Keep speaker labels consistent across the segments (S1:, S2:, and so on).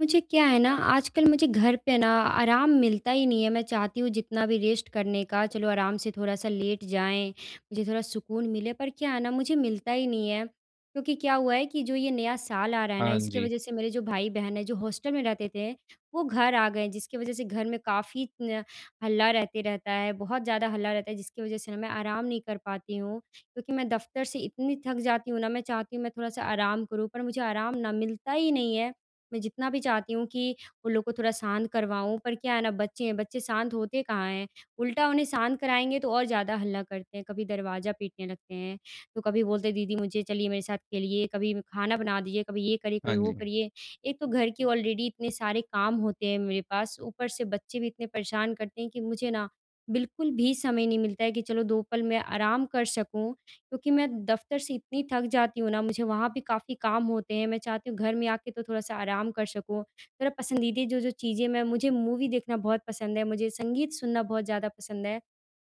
S1: मुझे क्या है ना, आजकल मुझे घर पे ना आराम मिलता ही नहीं है। मैं चाहती हूँ जितना भी रेस्ट करने का, चलो आराम से थोड़ा-सा लेट जाएँ, मुझे थोड़ा सुकून मिले, पर क्या है ना मुझे मिलता ही नहीं है। क्योंकि क्या हुआ है कि जो ये नया साल आ रहा है ना,
S2: हाँ
S1: इसकी
S2: जी।
S1: वजह से मेरे जो भाई-बहन हैं, जो हॉस्टल में रहते थे, वो घर आ गए हैं, जिसकी वजह से घर में काफ़ी न हल्ला रहते रहता है, बहुत ज़्यादा हल्ला रहता है, जिसकी वजह से ना मैं आराम नहीं कर पाती हूँ। क्योंकि मैं दफ़्तर से इतनी थक जाती हूँ ना, मैं चाहती हूँ मैं थोड़ा-सा आराम करूँ, पर मुझे आराम ना मिलता ही नहीं है। मैं जितना भी चाहती हूँ कि उन लोग को थोड़ा शांत करवाऊँ, पर क्या है ना बच्चे हैं, बच्चे शांत होते कहाँ हैं। उल्टा उन्हें शांत कराएँगे तो और ज़्यादा हल्ला करते हैं, कभी दरवाज़ा पीटने लगते हैं, तो कभी बोलते हैं दीदी मुझे चलिए मेरे साथ खेलिए, कभी खाना बना दीजिए, कभी ये करिए,
S2: हाँ
S1: कभी वो
S2: जी।
S1: करिए। एक तो घर के ऑलरेडी इतने सारे काम होते हैं मेरे पास, ऊपर से बच्चे भी इतने परेशान करते हैं कि मुझे ना बिल्कुल भी समय नहीं मिलता है कि चलो 2 पल मैं आराम कर सकूँ। क्योंकि मैं दफ़्तर से इतनी थक जाती हूँ ना, मुझे वहाँ भी काफ़ी काम होते हैं। मैं चाहती हूँ घर में आके तो थोड़ा-सा आराम कर सकूँ। मेरा पसंदीदा जो-जो चीज़ें मैं मुझे मूवी देखना बहुत पसंद है, मुझे संगीत सुनना बहुत ज़्यादा पसंद है।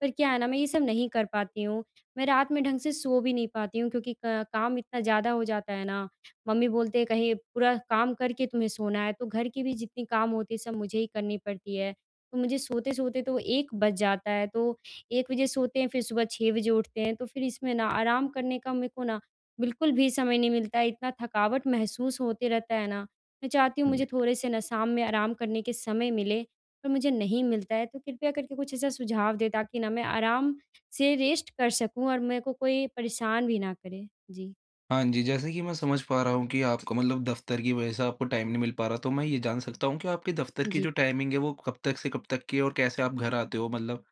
S1: पर क्या है ना, मैं ये सब नहीं कर पाती हूँ। मैं रात में ढंग से सो भी नहीं पाती हूँ क्योंकि क काम इतना ज़्यादा हो जाता है ना। मम्मी बोलते हैं, "कहीं पूरा काम करके तुम्हें सोना है।" तो घर की भी जितनी काम होती है, सब मुझे ही करनी पड़ती है। तो मुझे सोते-सोते तो 1 बज जाता है। तो 1 बजे सोते हैं, फिर सुबह 6 बजे उठते हैं, तो फिर इसमें ना आराम करने का मेरे को ना बिल्कुल भी समय नहीं मिलता है, इतना थकावट महसूस होते रहता है ना। मैं चाहती हूँ
S2: हुँ।
S1: मुझे थोड़े-से ना शाम में आराम करने के समय मिले, पर मुझे नहीं मिलता है, तो कृपया करके कुछ ऐसा सुझाव दें ताकि ना मैं आराम से रेस्ट कर सकूँ और मेरे को कोई परेशान भी ना करे। जी।
S2: हाँ जी, जैसे कि मैं समझ पा रहा हूँ कि आपको मतलब दफ़्तर की वज़ह से आपको टाइम नहीं मिल पा रहा, तो मैं ये जान सकता हूँ कि आपके दफ़्तर की जो टाइमिंग है, वो कब तक से कब तक की है और कैसे आप घर आते हो मतलब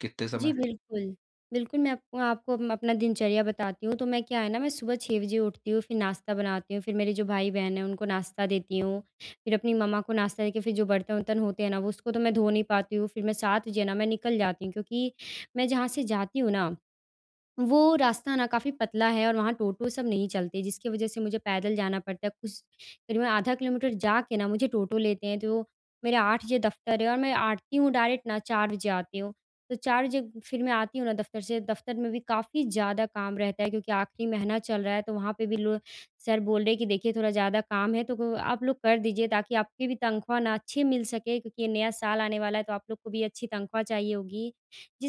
S2: कितने समय?
S1: जी, बिल्कुल। बिल्कुल, मैं आपको आपको अम, अपना दिनचर्या बताती हूँ। तो मैं क्या है ना, मैं सुबह 6 बजे उठती हूँ, फिर नाश्ता बनाती हूँ, फिर मेरे जो भाई-बहन हैं, उनको नाश्ता देती हूँ। फिर अपनी मम्मा को नाश्ता देके फिर जो बर्तन-वर्तन होते हैं ना, वो उसको तो मैं धो नहीं पाती हूँ। फिर मैं 7 बजे ना, मैं निकल जाती हूँ क्योंकि मैं जहाँ से जाती हूँ ना वो रास्ता ना काफ़ी पतला है और वहाँ टोटो सब नहीं चलते, जिसकी वज़ह से मुझे पैदल जाना पड़ता है। कुछ करीबन आधा किलोमीटर जाके ना मुझे टोटो लेते हैं, तो मेरा 8 बजे दफ़्तर है और मैं आती हूँ डायरेक्ट ना 4 बजे आती हूँ। तो 4 बजे फिर मैं आती हूँ ना दफ़्तर से, दफ़्तर में भी काफ़ी ज़्यादा काम रहता है क्योंकि आखिरी महीना चल रहा है, तो वहाँ पे भी लो सर बोल रहे हैं कि देखिए थोड़ा ज़्यादा काम है, तो को आप लोग कर दीजिए ताकि आपकी भी तनख्वाह ना अच्छी मिल सके क्योंकि ये नया साल आने वाला है, तो आप लोग को भी अच्छी तनख्वाह चाहिए होगी।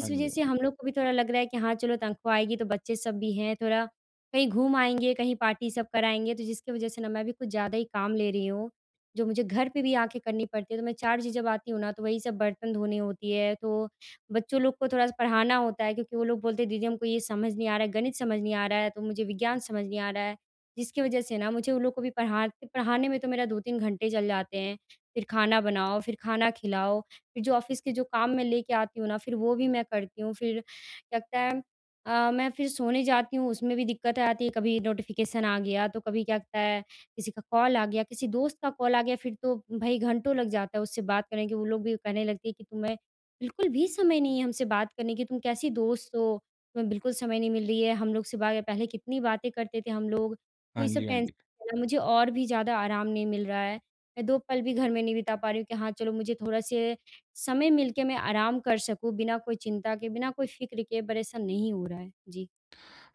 S2: हाँ जी,
S1: वजह
S2: हाँ
S1: से
S2: जी।
S1: हम लोग को भी थोड़ा लग रहा है कि हाँ, चलो तनख्वाह आएगी तो बच्चे सब भी हैं, थोड़ा कहीं घूम आएँगे, कहीं पार्टी सब कराएँगे, तो जिसकी वजह से ना मैं भी कुछ ज़्यादा ही काम ले रही हूँ, जो मुझे घर पे भी आके करनी पड़ती है। तो मैं 4 चीज़ें जब आती हूँ ना, तो वही सब बर्तन धोनी होती है, तो बच्चों लोग को थोड़ा-सा पढ़ाना होता है क्योंकि वो लोग बोलते हैं, "दीदी हमको ये समझ नहीं आ रहा है, गणित समझ नहीं आ रहा है, तो मुझे विज्ञान समझ नहीं आ रहा है।" जिसकी वजह से ना मुझे उन लोग को भी पढ़ाते पढ़ाने में तो मेरा 2-3 घंटे चल जाते हैं। फिर खाना बनाओ, फिर खाना खिलाओ, फिर जो ऑफ़िस के जो काम मैं लेके आती हूँ ना, फिर वो भी मैं करती हूँ। फिर क्या लगता है मैं फिर सोने जाती हूँ, उसमें भी दिक्कत आती है, कभी नोटिफ़िकेशन आ गया, तो कभी क्या लगता है किसी का कॉल आ गया, किसी दोस्त का कॉल आ गया, फिर तो भई घंटों लग जाता है उससे बात करने के। वो लोग भी कहने लगते हैं कि तुम्हें बिल्कुल भी समय नहीं है हमसे बात करने की, तुम कैसी दोस्त हो? तुम्हें बिल्कुल समय नहीं मिल रही है, हम लोग से बा पहले कितनी बातें करते थे हम लोग। तो
S2: हाँ
S1: ये सब
S2: जी, हाँ
S1: टेंशन
S2: जी।
S1: है ना, मुझे और भी ज़्यादा आराम नहीं मिल रहा है। मैं 2 पल भी घर में नहीं बिता पा रही हूँ कि हाँ, चलो मुझे थोड़ा-से समय मिलके मैं आराम कर सकूँ बिना कोई चिंता के, बिना कोई फ़िक्र के परेशान नहीं हो रहा है। जी।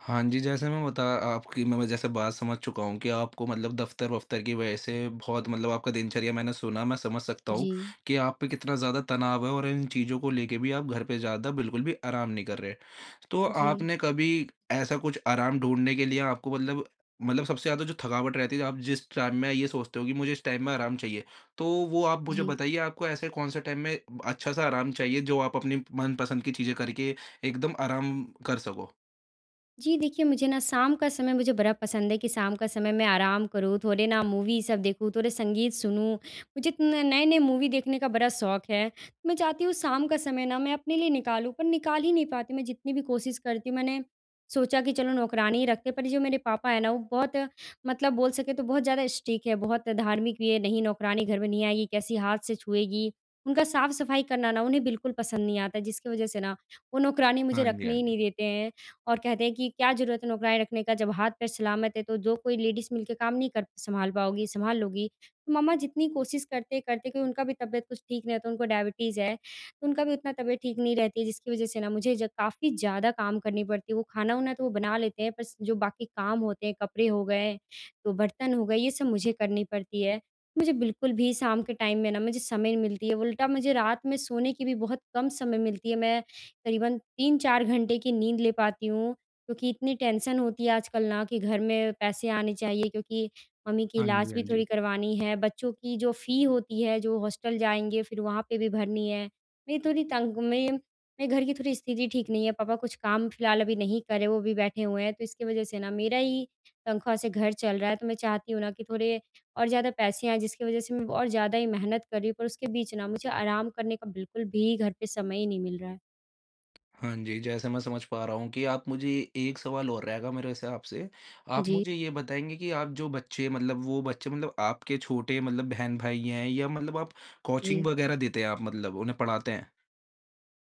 S2: हाँ जी, जैसे मैं बता आपकी मैं जैसे बात समझ चुका हूँ कि आपको मतलब दफ़्तर-वफ़्तर की वजह से बहुत मतलब आपका दिनचर्या मैंने सुना, मैं समझ सकता हूँ
S1: जी,
S2: कि आप पे कितना ज़्यादा तनाव है और इन चीज़ों को लेके भी आप घर पे ज़्यादा बिल्कुल भी आराम नहीं कर रहे। तो
S1: जी,
S2: आपने कभी ऐसा कुछ आराम ढूँढने के लिए आपको मतलब सबसे ज़्यादा जो थकावट रहती है, आप जिस टाइम में ये सोचते हो कि मुझे इस टाइम में आराम चाहिए, तो वो आप मुझे
S1: जी।
S2: बताइए आपको ऐसे कौन-से टाइम में अच्छा-सा आराम चाहिए जो आप अपनी मनपसंद की चीज़ें करके एकदम आराम कर सको?
S1: जी, देखिए मुझे ना शाम का समय मुझे बड़ा पसंद है कि शाम का समय मैं आराम करूँ, थोड़े ना मूवी सब देखूँ, थोड़े संगीत सुनूँ। मुझे न नए-नए मूवी देखने का बड़ा शौक है। मैं चाहती हूँ शाम का समय ना मैं अपने लिए निकालूँ, पर निकाल ही नहीं पाती। मैं जितनी भी कोशिश करती हूँ, मैंने सोचा कि चलो नौकरानी ही रखते हैं, पर जो मेरे पापा हैं ना, वो बहुत मतलब बोल सकें तो बहुत ज़्यादा स्ट्रिक्ट है, बहुत धार्मिक भी है। नहीं नौकरानी घर में नहीं आएगी, कैसी हाथ से छुएगी। उनका साफ-सफाई करना ना उन्हें बिल्कुल पसंद नहीं आता, जिसकी वज़ह से ना वो नौकरानी मुझे
S2: हाँ जी,
S1: रखने
S2: हाँ
S1: ही
S2: जी।
S1: नहीं देते हैं। और कहते हैं कि क्या ज़रूरत है नौकरानी रखने का जब हाथ पैर सलामत है, तो जो कोई लेडीज़ मिलके काम नहीं कर सँभाल पाओगी, सँभाल लोगी। तो मम्मा जितनी कोशिश करते, करते क्योंकि उनका भी तबीयत कुछ ठीक नहीं रहता, उनको डायबिटीज़ है, तो उनका भी उतना तबीयत ठीक नहीं रहती है जिसकी वज़ह से ना मुझे ज काफ़ी ज़्यादा काम करनी पड़ती है। वो खाना-वाना तो वो बना लेते हैं, बस जो बाकी काम होते हैं, कपड़े हो गए, तो बर्तन हो गए, ये सब मुझे करनी पड़ती है। मुझे बिल्कुल भी शाम के टाइम में ना मुझे समय नहीं मिलती है, उल्टा मुझे रात में सोने की भी बहुत कम समय मिलती है। मैं करीबन 3-4 घंटे की नींद ले पाती हूँ, क्योंकि इतनी टेंशन होती है आजकल ना कि घर में पैसे आने चाहिए क्योंकि मम्मी की
S2: हाँ जी,
S1: इलाज
S2: हाँ
S1: भी
S2: जी।
S1: थोड़ी करवानी है, बच्चों की जो फ़ी होती है, जो हॉस्टल जाएँगे फिर वहाँ पे भी भरनी है। मेरी थोड़ी तंग मैं मेरे घर की थोड़ी स्थिति ठीक नहीं है, पापा कुछ काम फिलहाल अभी नहीं कर रहे, वो भी बैठे हुए हैं, तो इसकी वज़ह से ना मेरा ही तनख्वाह से घर चल रहा है, तो मैं चाहती हूँ ना कि थोड़े और ज़्यादा पैसे आएँ जिसकी वज़ह से मैं और ज़्यादा ही मेहनत कर रही हूँ, पर उसके बीच ना मुझे आराम करने का बिल्कुल भी घर पे समय ही नहीं मिल रहा है।
S2: हाँ जी, जैसे मैं समझ पा रहा हूँ कि आप मुझे एक सवाल और रहेगा मेरे से आपसे। आप
S1: जी।
S2: मुझे ये बताएँगे कि आप जो बच्चे मतलब वो बच्चे मतलब आपके छोटे मतलब बहन-भाई हैं या मतलब आप कोचिंग
S1: जी।
S2: वग़ैरह देते हैं आप मतलब उन्हें पढ़ाते हैं?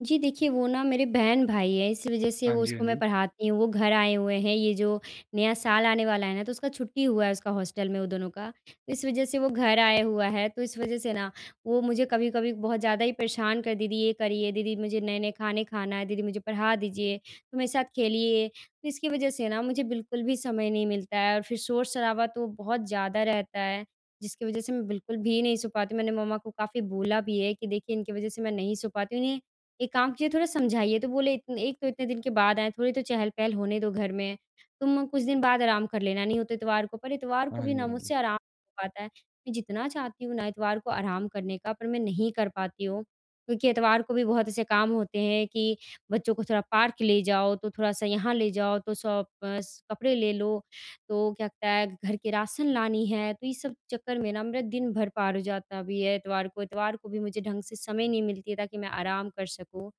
S1: जी, देखिए वो ना मेरे बहन-भाई हैं इस वज़ह से
S2: हाँ
S1: वो
S2: जी, हाँ
S1: उसको मैं
S2: जी।
S1: पढ़ाती हूँ, वो घर आए हुए हैं, ये जो नया साल आने वाला है ना तो उसका छुट्टी हुआ है उसका हॉस्टल में उन दोनों का। तो इस वज़ह से वो घर आया हुआ है तो इस वज़ह से ना वो मुझे कभी-कभी बहुत ज़्यादा ही परेशान कर दीदी ये करिए, दीदी मुझे नए-नए खाने खाना है, दीदी मुझे पढ़ा दीजिए, तो मेरे साथ खेलिए। तो इसकी वज़ह से ना मुझे बिल्कुल भी समय नहीं मिलता है और फिर शोर-शराबा तो बहुत ज़्यादा रहता है, जिसकी वज़ह से मैं बिल्कुल भी नहीं सो पाती हूँ। मैंने मम्मा को काफ़ी बोला भी है कि देखिए इनकी वज़ह से मैं नहीं सो पाती हूँ, इन्हें एकांत जी थोड़ा समझाइए, तो बोले इतने एक तो इतने दिन के बाद आए, थोड़ी तो चहल-पहल होने दो घर में। तुम कुछ दिन बाद आराम कर लेना, नहीं हो तो इतवार को पर इतवार को
S2: हाँ जी,
S1: भी ना
S2: हाँ जी।
S1: मुझसे आराम हो पाता है। मैं जितना चाहती हूँ ना इतवार को आराम करने का, पर मैं नहीं कर पाती हूँ। क्योंकि इतवार को भी बहुत ऐसे काम होते हैं कि बच्चों को थोड़ा पार्क ले जाओ, तो थोड़ा-सा यहाँ ले जाओ, तो शॉप अ, स कपड़े ले लो। तो क्या कहता है घर के राशन लानी है, तो इस सब चक्कर में ना मेरा दिन भर पार हो जाता है अभी ये एतवार को। एतवार को भी मुझे ढंग से समय नहीं मिलती है ताकि मैं आराम कर सकूँ।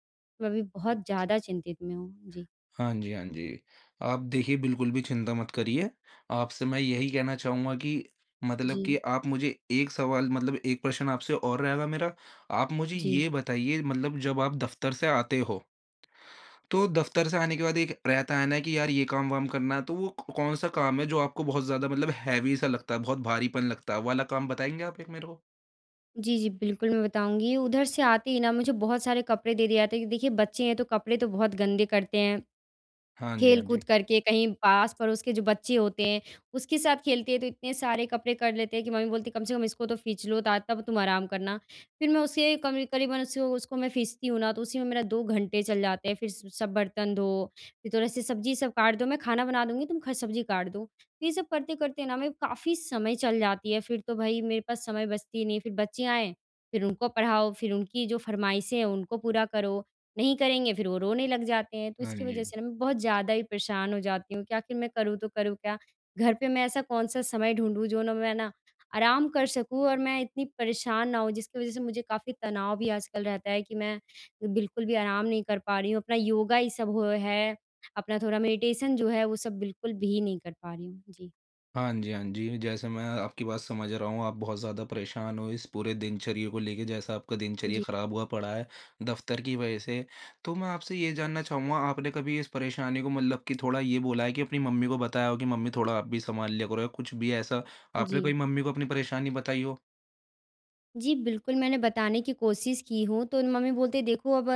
S1: मैं अभी बहुत ज़्यादा चिंतित में हूँ। जी।
S2: हाँ जी, हाँ जी। आप देखिए बिल्कुल भी चिंता मत करिए। आपसे मैं यही कहना चाहूँगा कि मतलब कि
S1: जी,
S2: आप मुझे एक सवाल मतलब एक प्रश्न आपसे और रहेगा मेरा। आप मुझे
S1: जी।
S2: ये बताइए मतलब जब आप दफ़्तर से आते हो तो दफ़्तर से आने के बाद एक रहता है ना कि यार ये काम-वाम करना है, तो वो क कौन सा काम है जो आपको बहुत ज़्यादा मतलब हैवी सा लगता है, बहुत भारीपन लगता है? वो वाला काम बताएँगे आप एक मेरे को?
S1: जी, जी, बिल्कुल मैं बताऊँगी। उधर से आते ही ना मुझे बहुत सारे कपड़े दे दिए जाते हैं कि देखिए बच्चे हैं तो कपड़े तो बहुत गंदे करते हैं।
S2: हाँ जी, हाँ जी।
S1: खेल-कूद करके कहीं पास-पड़ोस के जो बच्चे होते हैं, उसके साथ खेलते हैं तो इतने सारे कपड़े कर लेते हैं कि मम्मी बोलती है, "कम से कम इसको तो खींच लो ता तब तुम आराम करना।" फिर मैं उसे कमी करीबन उसे उसको मैं खींचती हूँ ना तो उसी में मेरा 2 घंटे चल जाते हैं। फिर स सब बर्तन धो, फिर थोड़ा से सब्ज़ी सब काट दो, मैं खाना बना दूँगी, तुम ख सब्ज़ी काट दो। तो ये सब करते-करते ना मैं काफ़ी समय चल जाती है, फिर तो भई मेरे पास समय बचती ही नहीं। फिर बच्चे आएँ, फिर उनको पढ़ाओ, फिर उनकी जो फ़रमाइशें हैं उनको पूरा करो। नहीं करेंगे फिर वो रोने लग जाते हैं। तो
S2: हाँ
S1: इसकी
S2: जी।
S1: वज़ह से ना मैं बहुत ज़्यादा ही परेशान हो जाती हूँ कि आखिर मैं करूँ तो करूँ क्या? घर पे मैं ऐसा कौन-सा समय ढूँढूँ जो ना मैं ना आराम कर सकूँ और मैं इतनी परेशान ना हूँ जिसकी वज़ह से मुझे काफ़ी तनाव भी आजकल रहता है कि मैं बिल्कुल भी आराम नहीं कर पा रही हूँ। अपना योगा ये सब हो है, अपना थोड़ा मेडिटेशन जो है वो सब बिल्कुल भी नहीं कर पा रही हूँ। जी।
S2: हाँ जी, हाँ जी। जैसे मैं आपकी बात समझ रहा हूँ, आप बहुत ज़्यादा परेशान हो इस पूरे दिनचर्या को लेके, जैसा आपका दिनचर्या
S1: जी।
S2: ख़राब हुआ पड़ा है दफ़्तर की वजह से। तो मैं आपसे ये जानना चाहूँगा, आपने कभी इस परेशानी को मतलब कि थोड़ा ये बोला है कि अपनी मम्मी को बताया हो कि मम्मी थोड़ा आप भी सँभाल लिया करो या कुछ भी ऐसा? आपने
S1: जी।
S2: कभी मम्मी को अपनी परेशानी बताई हो?
S1: जी, बिल्कुल, मैंने बताने की कोशिश की हूँ, तो मम्मी बोलते हैं, "देखो अब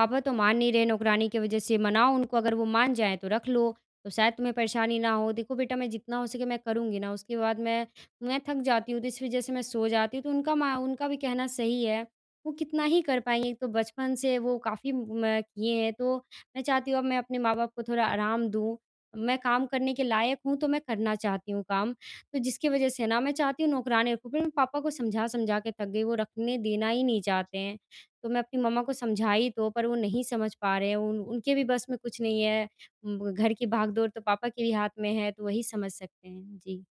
S1: पापा तो मान नहीं रहे नौकरानी की वज़ह से, मनाओ उनको, अगर वो मान जाएँ तो रख लो, तो शायद तुम्हें परेशानी ना हो। देखो बेटा मैं जितना हो सके मैं करूँगी ना, उसके बाद मैं थक जाती हूँ, तो इस वज़ह से मैं सो जाती हूँ।" तो उनका भी कहना सही है, वो कितना ही कर पाएँगे, एक तो बचपन से वो काफ़ी म किए हैं, तो मैं चाहती हूँ अब मैं अपने माँ-बाप को थोड़ा आराम दूँ। मैं काम करने के लायक हूँ, तो मैं करना चाहती हूँ काम। तो जिसकी वजह से ना मैं चाहती हूँ नौकरानी रखूँ, पर मैं पापा को समझा-समझा के थक गई, वो रखने देना ही नहीं चाहते हैं। तो मैं अपनी मम्मा को समझाई तो, पर वो नहीं समझ पा रहे हैं, उन उनके भी बस में कुछ नहीं है। घर की भागदौड़ तो पापा के भी हाथ में है, तो वही समझ सकते हैं। जी।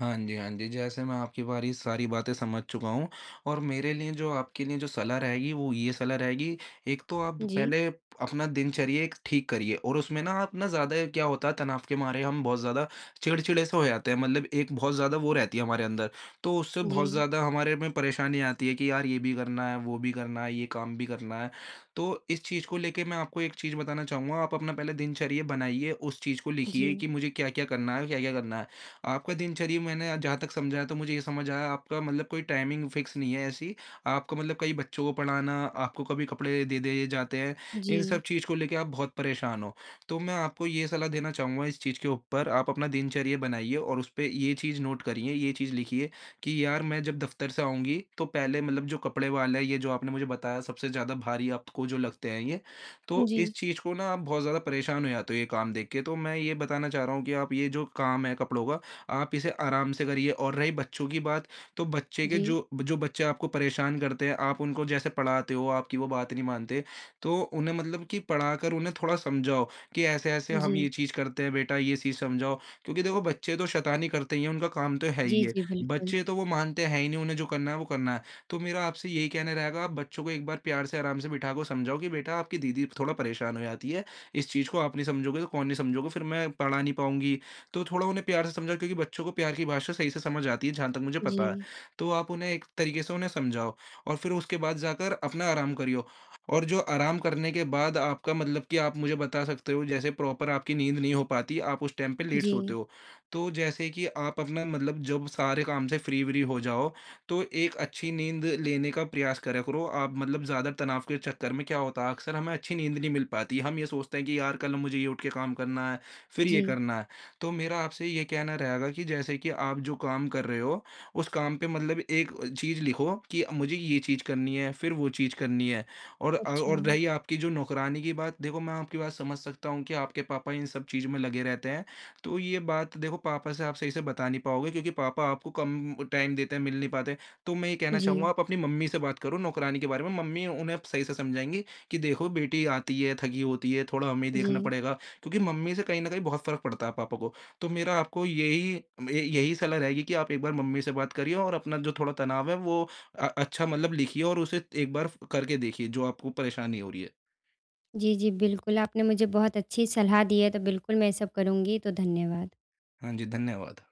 S2: हाँ जी, हाँ जी। जैसे मैं आपकी बारी सारी बातें समझ चुका हूँ और मेरे लिए जो आपके लिए जो सलाह रहेगी वो ये सलाह रहेगी, एक तो आप
S1: जी,
S2: पहले अपना दिनचर्या एक ठीक करिए और उसमें ना आप ना ज़्यादा क्या होता है तनाव के मारे हम बहुत ज़्यादा चिड़चिड़े से हो जाते हैं मतलब एक बहुत ज़्यादा वो रहती है हमारे अंदर। तो उससे बहुत
S1: जी,
S2: ज़्यादा हमारे में परेशानी आती है कि यार ये भी करना है, वो भी करना है, ये काम भी करना है। तो इस चीज़ को लेके मैं आपको एक चीज़ बताना चाहूँगा, आप अपना पहले दिनचर्या बनाइए, उस चीज़ को लिखिए
S1: जी,
S2: कि मुझे क्या-क्या करना है, क्या-क्या करना है। आपका दिनचर्या मैंने जहाँ तक समझा तो मुझे ये समझ आया आपका मतलब कोई टाइमिंग फिक्स नहीं है ऐसी। आपको मतलब कई बच्चों को पढ़ाना, आपको कभी कपड़े दे दिए जाते हैं, इन सब
S1: जी,
S2: चीज़ को लेके आप बहुत परेशान हो। तो मैं आपको ये सलाह देना चाहूँगा इस चीज़ के ऊपर आप अपना दिनचर्या बनाइए और उसपे ये चीज़ नोट करिए, ये चीज़ लिखिए कि यार मैं जब दफ्तर से आऊँगी तो पहले मतलब जो कपड़े वाला है ये जो आपने मुझे बताया सबसे ज़्यादा भारी आपको जो लगते हैं ये, तो
S1: जी,
S2: इस चीज़ को ना आप बहुत ज़्यादा परेशान हो जाते हो ये काम देख के। तो मैं ये बताना चाह रहा हूँ कि आप ये जो काम है कपड़ों का आप इसे आराम से करिए और रही बच्चों की बात, तो बच्चे के
S1: जी,
S2: जो जो बच्चे आपको परेशान करते हैं, आप उनको जैसे पढ़ाते हो, आपकी वो बात नहीं मानते, तो उन्हें मतलब कि पढ़ाकर उन्हें थोड़ा समझाओ कि ऐसे-ऐसे हम
S1: जी,
S2: ये चीज़ करते हैं बेटा, ये चीज़ समझाओ। क्योंकि देखो बच्चे तो शैतानी करते ही हैं, उनका काम तो है ही
S1: जी,
S2: है।
S1: जी, बिल्कुल।
S2: बच्चे तो वो मानते हैं ही नहीं, उन्हें जो करना है वो करना है। तो मेरा आपसे यही कहना रहेगा, आप बच्चों को एक बार प्यार से आराम से बिठा के समझाओ कि बेटा आपकी दीदी थोड़ा परेशान हो जाती है, इस चीज़ को आप नहीं समझोगे तो कौन नहीं समझोगे, फिर मैं पढ़ा नहीं पाऊँगी, तो थोड़ा उन्हें प्यार से समझाओ क्योंकि बच्चों को प्यार की भाषा सही से समझ आती है जहाँ तक मुझे पता है।
S1: जी,
S2: तो आप उन्हें एक तरीके से उन्हें समझाओ और फिर उसके बाद जाकर अपना आराम करियो, और जो आराम करने के बाद आपका मतलब कि आप मुझे बता सकते हो जैसे प्रॉपर आपकी नींद नहीं हो पाती, आप उस टाइम पे लेट
S1: जी,
S2: सोते हो। तो जैसे कि आप अपना मतलब जब सारे काम से फ्री-व्री हो जाओ, तो एक अच्छी नींद लेने का प्रयास करा करो। आप मतलब ज़्यादा तनाव के चक्कर में क्या होता है अक्सर हमें अच्छी नींद नहीं मिल पाती। हम ये सोचते हैं कि यार कल मुझे ये उठ के काम करना है, फिर ये
S1: जी।
S2: करना है। तो मेरा आपसे ये कहना रहेगा कि जैसे कि आप जो काम कर रहे हो, उस काम पे मतलब एक चीज़ लिखो कि मुझे ये चीज़ करनी है, फिर वो चीज़ करनी है। और अ,
S1: अच्छा।
S2: और रही आपकी जो नौकरानी की बात, देखो मैं आपकी बात समझ सकता हूँ कि आपके पापा इन सब चीज़ में लगे रहते हैं। तो ये बात देखो पापा से आप सही से बता नहीं पाओगे क्योंकि पापा आपको कम टाइम देते हैं, मिल नहीं पाते। तो मैं ये कहना चाहूँगा
S1: जी,
S2: आप अपनी मम्मी से बात करो नौकरानी के बारे में, मम्मी उन्हें सही से समझाएँगी कि देखो बेटी आती है, थकी होती है, थोड़ा हमें देखना
S1: जी,
S2: पड़ेगा। क्योंकि मम्मी से कहीं न कहीं बहुत फ़र्क पड़ता है पापा को। तो मेरा आपको यही सलाह रहेगी कि आप एक बार मम्मी से बात करिए और अपना जो थोड़ा तनाव है वो अच्छा मतलब लिखिए और उसे एक बार करके देखिए जो आपको परेशानी हो रही है।
S1: जी, जी, बिल्कुल, आपने मुझे बहुत अच्छी सलाह दी है, तो बिल्कुल मैं ये सब करूँगी, तो धन्यवाद।
S2: हाँ जी, धन्यवाद।